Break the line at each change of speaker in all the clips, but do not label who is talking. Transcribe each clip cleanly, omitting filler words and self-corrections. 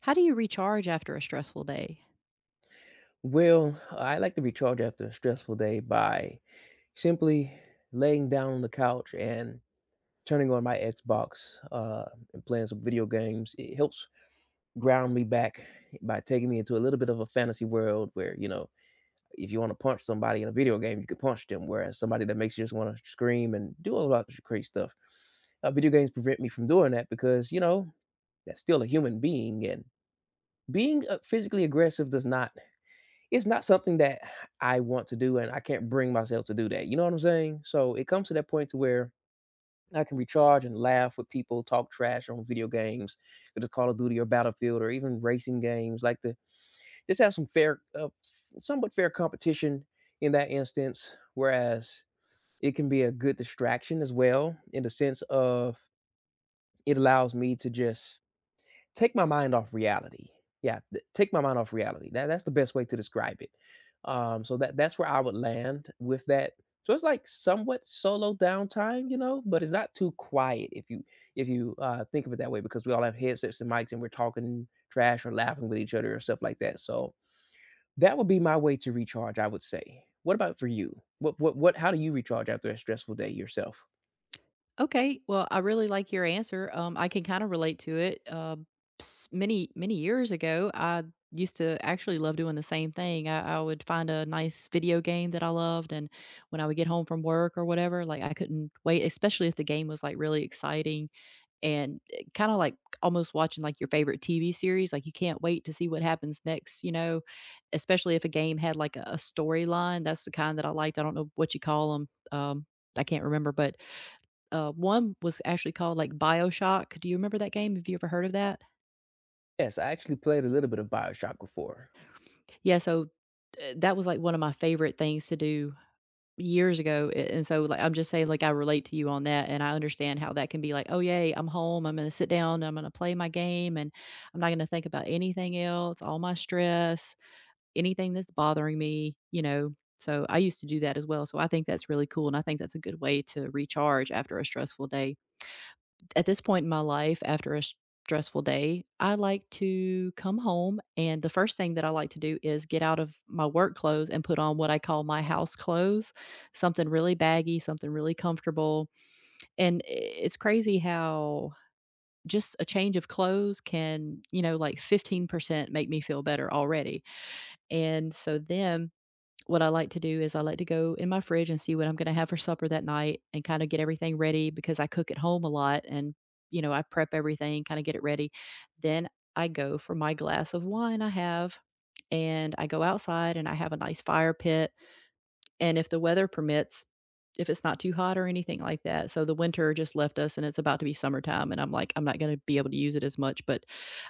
How do you recharge after a stressful day?
Well, I like to recharge after a stressful day by simply laying down on the couch and turning on my Xbox and playing some video games. It helps ground me back by taking me into a little bit of a fantasy world where, you know, if you want to punch somebody in a video game, you can punch them. Whereas somebody that makes you just want to scream and do a lot of crazy stuff, video games prevent me from doing that because, you know, that's still a human being. And being physically aggressive does not it's not something that I want to do, and I can't bring myself to do that, you know what I'm saying? So, it comes to that point to where I can recharge and laugh with people, talk trash on video games, such as Call of Duty or Battlefield or even racing games, like the. Just have some fair somewhat fair competition in that instance, whereas it can be a good distraction as well in the sense of it allows me to just take my mind off reality. Yeah, th take my mind off reality. That's the best way to describe it. So that's where I would land with that. So it's like somewhat solo downtime, you know, but it's not too quiet if you if you think of it that way because we all have headsets and mics and we're talking trash or laughing with each other or stuff like that. So that would be my way to recharge, I would say. What about for you? What how do you recharge after a stressful day yourself?
Okay, well, I really like your answer. I can kind of relate to it. Many years ago, I used to actually love doing the same thing. I would find a nice video game that I loved, and when I would get home from work or whatever, like I couldn't wait, especially if the game was like really exciting and kind of like almost watching like your favorite TV series. Like you can't wait to see what happens next, you know, especially if a game had like a storyline. That's the kind that I liked. I don't know what you call them. I can't remember, but one was actually called like Bioshock. Do you remember that game? Have you ever heard of that?
Yes, I actually played a little bit of BioShock before.
Yeah, so that was like one of my favorite things to do years ago a and so, like, I'm just saying, like, I relate to you on that, and I understand how that can be like, "Oh, yay, I'm home, I'm gonna sit down, I'm gonna play my game, and I'm not gonna think about anything else, all my stress, anything that's bothering me," you know? So, I used to do that as well, so I think that's really cool, and I think that's a good way to recharge after a stressful day. At this point in my life, after a stressful day, I like to come home, and the first thing that I like to do is get out of my work clothes and put on what I call my house clothes, something really baggy, something really comfortable. And it's crazy how just a change of clothes can, you know, like 15% make me feel better already. And so then what I like to do is I like to go in my fridge and see what I'm gonna have for supper that night and kinda get everything ready because I cook at home a lot and, you know, I prep everything, kinda get it ready. Then I go for my glass of wine I have, and I go outside and I have a nice fire pit and if the weather permits, if it's not too hot or anything like that. So the winter just left us and it's about to be summertime and I'm like I'm not going to be able to use it as much, but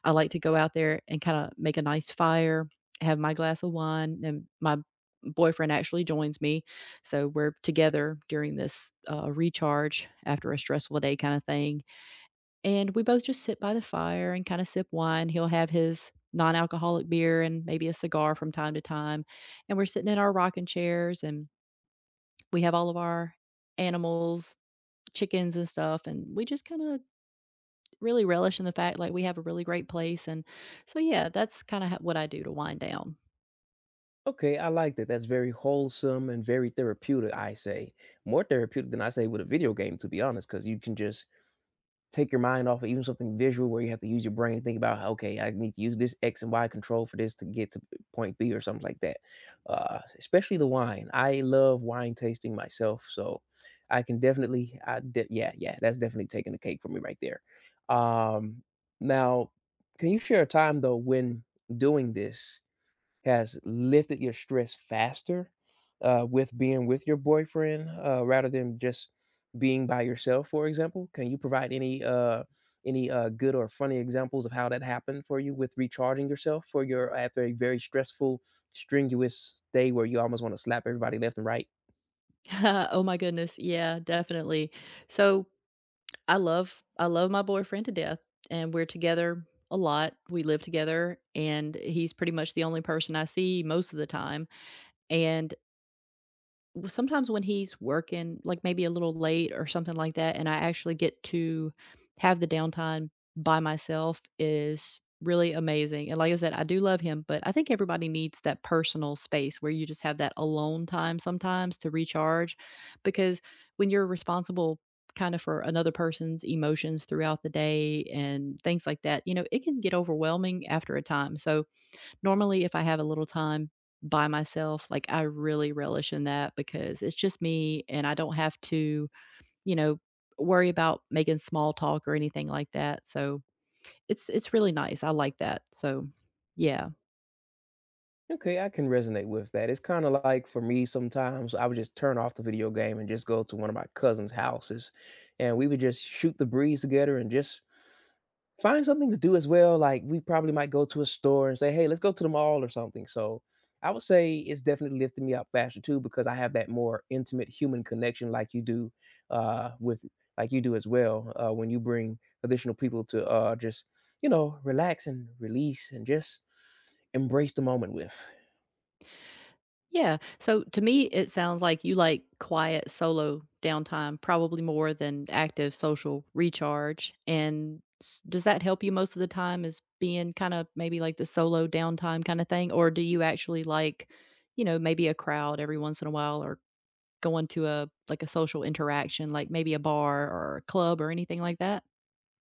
I like to go out there and kind of make a nice fire, have my glass of wine and my boyfriend actually joins me. So we're together during this recharge after a stressful day kind of thing. And we both just sit by the fire and kind of sip wine. He'll have his non alcoholic beer and maybe a cigar from time to time. And we're sitting in our rocking chairs and we have all of our animals, chickens and stuff, and we just kinda really relish in the fact, like, we have a really great place, and so, yeah, that's kinda what I do to wind down.
Okay, I like that. That's very wholesome and very therapeutic, I say. More therapeutic than I say with a video game, to be honest, because you can just take your mind off of even something visual where you have to use your brain and think about, okay, I need to use this X and Y control for this to get to point B or something like that. Especially the wine. I love wine tasting myself. So I can definitely, yeah, that's definitely taking the cake for me right there. Um, now, can you share a time though when doing this has lifted your stress faster with being with your boyfriend rather than just being by yourself, for example? Can you provide any good or funny examples of how that happened for you with recharging yourself for your after a very stressful, strenuous day where you almost want to slap everybody left and right?
Oh my goodness, yeah, definitely. So, I love my boyfriend to death, and we're together a lot, we live together, and he's pretty much the only person I see most of the time, and w sometimes when he's working, like, maybe a little late or something like that, and I actually get to have the downtime by myself is really amazing, and like I said, I do love him, but I think everybody needs that personal space where you just have that alone time sometimes to recharge, because when you're responsible kinda for another person's emotions throughout the day and things like that, you know, it can get overwhelming after a time, so normally, if I have a little time by myself, like, I really relish in that because it's just me and I don't have to, you know, worry about making small talk or anything like that, so it's really nice, I like that, so, yeah.
Okay, I can resonate with that. It's kind of like for me sometimes I would just turn off the video game and just go to one of my cousin's houses and we would just shoot the breeze together and just find something to do as well, like, we probably might go to a store and say, "Hey, let's go to the mall or something," so, I would say it's definitely lifting me up faster too because I have that more intimate human connection like you do, with like you do as well, when you bring additional people to, just, you know, relax and release and just embrace the moment with.
Yeah. So to me, it sounds like you like quiet solo downtime probably more than active social recharge. Does that help you most of the time? Is being kind of maybe like the solo downtime kind of thing? Or do you actually like, you know, maybe a crowd every once in a while or going to a like a social interaction, like maybe a bar or a club or anything like that?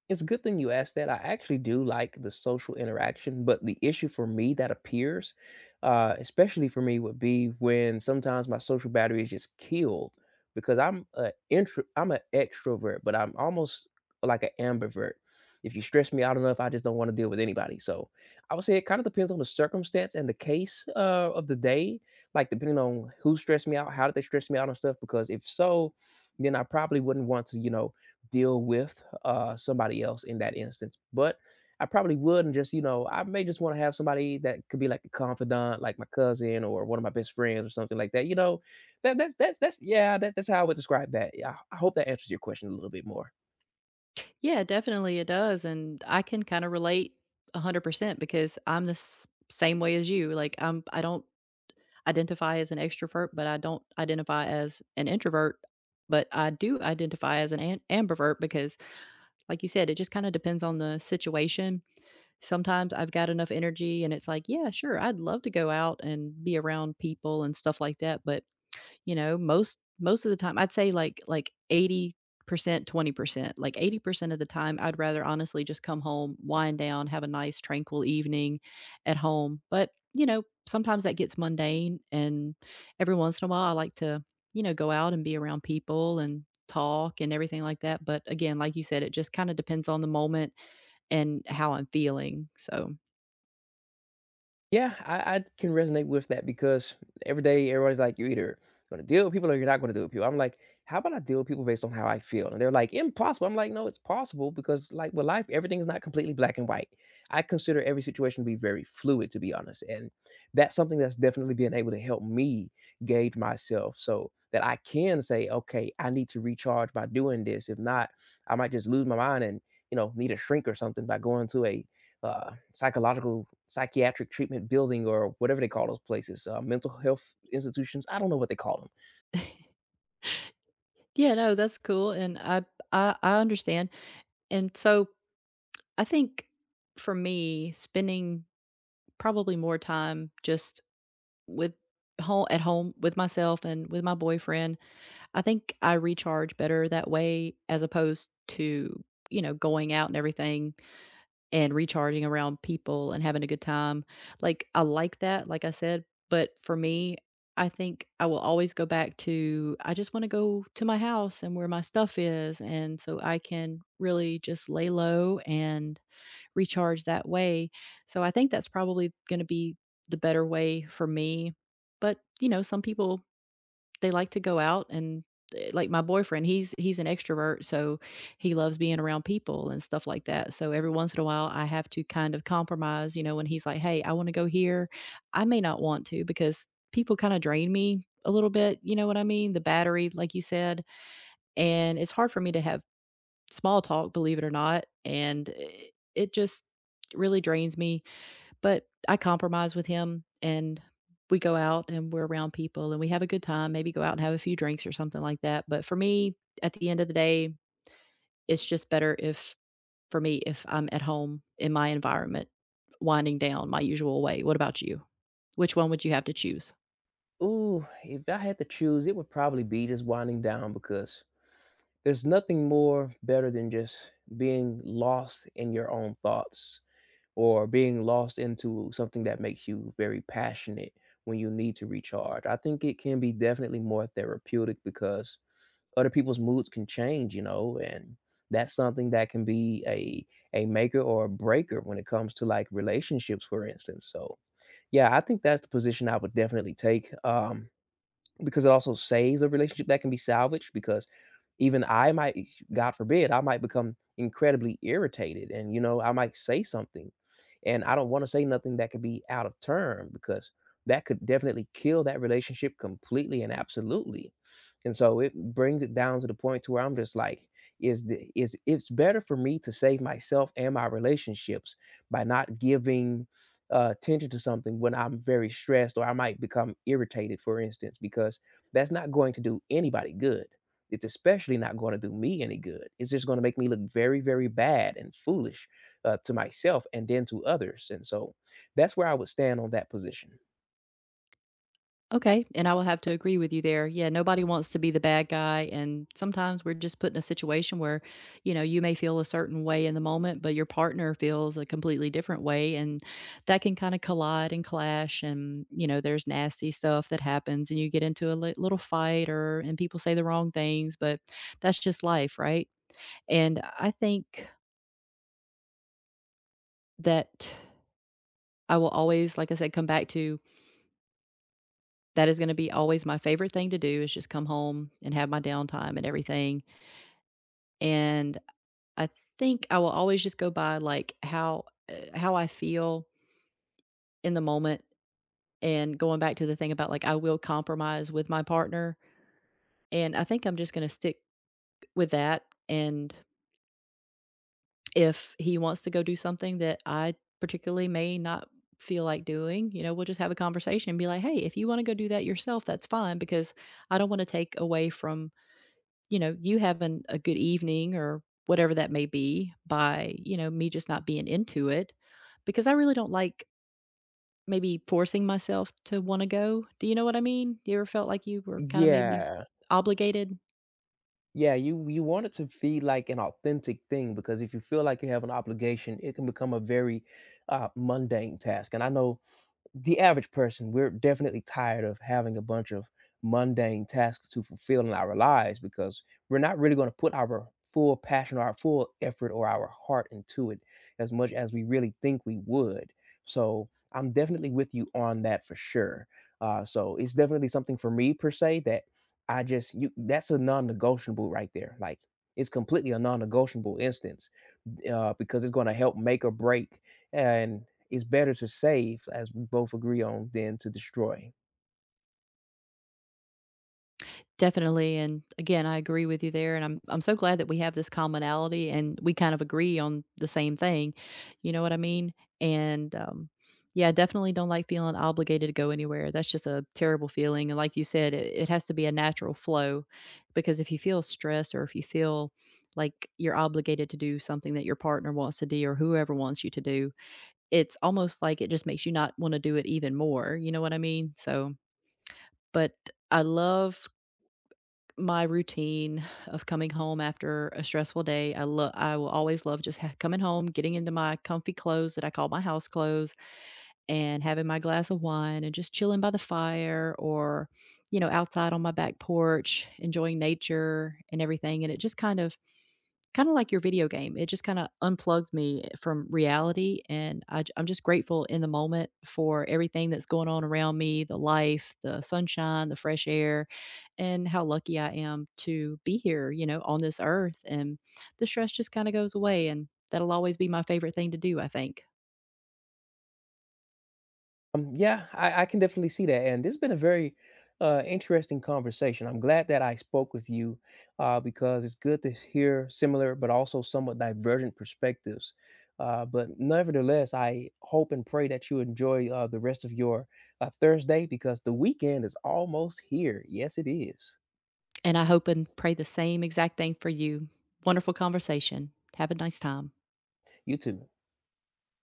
It's a good thing you asked that. I actually do like the social interaction, but the issue for me that appears, especially for me, would be when sometimes my social battery is just killed because I'm an extrovert, but I'm almost like an ambivert. If you stress me out enough, I just don't want to deal with anybody. So I would say it kind of depends on the circumstance and the case of the day, like depending on who stressed me out, how did they stress me out and stuff. Because if so, then I probably wouldn't want to, you know, deal with somebody else in that instance. But I probably would, and just you know, I may just want to have somebody that could be like a confidant, like my cousin or one of my best friends or something like that. You know, that's yeah, that's how I would describe that. Yeah, I hope that answers your question a little bit more.
Yeah, definitely it does. And I can kind of relate 100% because same way as you. Like I'm I don't identify as an extrovert, but I don't identify as an introvert. But I do identify as an ambivert because, like you said, it just kind of depends on the situation. Sometimes I've got enough energy and it's like, yeah, sure, I'd love to go out and be around people and stuff like that. But you know, most of the time, I'd say like 80%, 20%. Like 80% of the time, I'd rather honestly just come home, wind down, have a nice tranquil evening at home. But, you know, sometimes that gets mundane and every once in a while I like to, you know, go out and be around people and talk and everything like that. But again, like you said, it just kind of depends on the moment and how I'm feeling. So,
Yeah, I can resonate with that because every day everybody's like, you're either going to deal with people or you're not going to deal with people. I'm like, how about I deal with people based on how I feel? And they're like, impossible. I'm like, no, it's possible because, like, with life, everything's not completely black and white. I consider every situation to be very fluid, to be honest. And that's something that's definitely been able to help me gauge myself so that I can say, okay, I need to recharge by doing this. If not, I might just lose my mind and, you know, need a shrink or something by going to a psychological psychiatric treatment building or whatever they call those places, mental health institutions. I don't know what they call them.
yeah, no, that's cool and I understand. And so I think for me, spending probably more time just with home at home with myself and with my boyfriend. I think I recharge better that way as opposed to, you know, going out and everything and recharging around people and having a good time. Like I like that, like I said, but for me, I think I will always go back to I just want to go to my house and where my stuff is and so I can really just lay low and recharge that way. So I think that's probably going to be the better way for me. But, you know, some people they like to go out and like my boyfriend, he's an extrovert, so he loves being around people and stuff like that. So every once in a while I have to kind of compromise, you know, when he's like, "Hey, I want to go here." I may not want to because people kind of drain me a little bit, you know what I mean? The battery like you said, and it's hard for me to have small talk, believe it or not, and it just really drains me, but I compromise with him and we go out and we're around people and we have a good time, maybe go out and have a few drinks or something like that. But for me, at the end of the day, it's just better if for me if I'm at home in my environment winding down my usual way. What about you? Which one would you have to choose?
Ooh, if I had to choose, it would probably be just winding down because there's nothing more better than just being lost in your own thoughts or being lost into something that makes you very passionate when you need to recharge. I think it can be definitely more therapeutic because other people's moods can change, you know, and that's something that can be a maker or a breaker when it comes to like relationships, for instance. So yeah, I think that's the position I would definitely take. Because it also saves a relationship that can be salvaged because even I might God forbid, I might become incredibly irritated and you know, I might say something and I don't want to say nothing that could be out of turn because that could definitely kill that relationship completely and absolutely. And so it brings it down to the point to where I'm just like, is it's better for me to save myself and my relationships by not giving attention to something when I'm very stressed or I might become irritated, for instance, because that's not going to do anybody good. It's especially not going to do me any good. It's just going to make me look very, very bad and foolish to myself and then to others. And so that's where I would stand on that position.
Okay, and I will have to agree with you there. Yeah, nobody wants to be the bad guy, and sometimes we're just put in a situation where, you know, you may feel a certain way in the moment, but your partner feels a completely different way, and that can kind of collide and clash. And you know, there's nasty stuff that happens, and you get into a little fight, or and people say the wrong things, but that's just life, right? And I think that I will always, like I said, come back to that is going to be always my favorite thing to do is just come home and have my downtime and everything. And I think I will always just go by, like, how I feel in the moment and going back to the thing about, like, I will compromise with my partner, and I think I'm just gonna stick with that, and if he wants to go do something that I particularly may not feel like doing, you know, we'll just have a conversation and be like, "Hey, if you wanna go do that yourself, that's fine because I don't wanna take away from you know, you having a good evening or whatever that may be by, you know, me just not being into it because I really don't like maybe forcing myself to want to go. Do you know what I mean? You ever felt like you were kind of maybe
Yeah.
obligated?
Yeah, you want it to feel like an authentic thing because if you feel like you have an obligation, it can become a very mundane task. And I know the average person, we're definitely tired of having a bunch of mundane tasks to fulfill in our lives because we're not really going to put our full passion or our full effort or our heart into it as much as we really think we would. So I'm definitely with you on that for sure. So it's definitely something for me per se that I just you that's a non-negotiable right there. Like it's completely a non-negotiable instance because it's going to help make or break. And it's better to save, as we both agree on, than to destroy.
Definitely, and again, I agree with you there, and I'm so glad that we have this commonality and we kind of agree on the same thing, you know what I mean? And, yeah, I definitely don't like feeling obligated to go anywhere, that's just a terrible feeling, and like you said, it has to be a natural flow, because if you feel stressed or if you feel like you're obligated to do something that your partner wants to do or whoever wants you to do, it's almost like it just makes you not wanna do it even more, you know what I mean? So but I love my routine of coming home after a stressful day. I love I will always love just coming home, getting into my comfy clothes that I call my house clothes and having my glass of wine and just chilling by the fire or you know outside on my back porch, enjoying nature and everything and it just kind of kinda like your video game, it just kinda unplugs me from reality, and I'm just grateful in the moment for everything that's going on around me, the life, the sunshine, the fresh air, and how lucky I am to be here, you know, on this earth, and the stress just kinda goes away, and that'll always be my favorite thing to do, I think.
Yeah, I can definitely see that. And this has been a very interesting conversation. I'm glad that I spoke with you because it's good to hear similar but also somewhat divergent perspectives. But nevertheless, I hope and pray that you enjoy the rest of your Thursday because the weekend is almost here. Yes, it is.
And I hope and pray the same exact thing for you. Wonderful conversation. Have a nice time.
You too.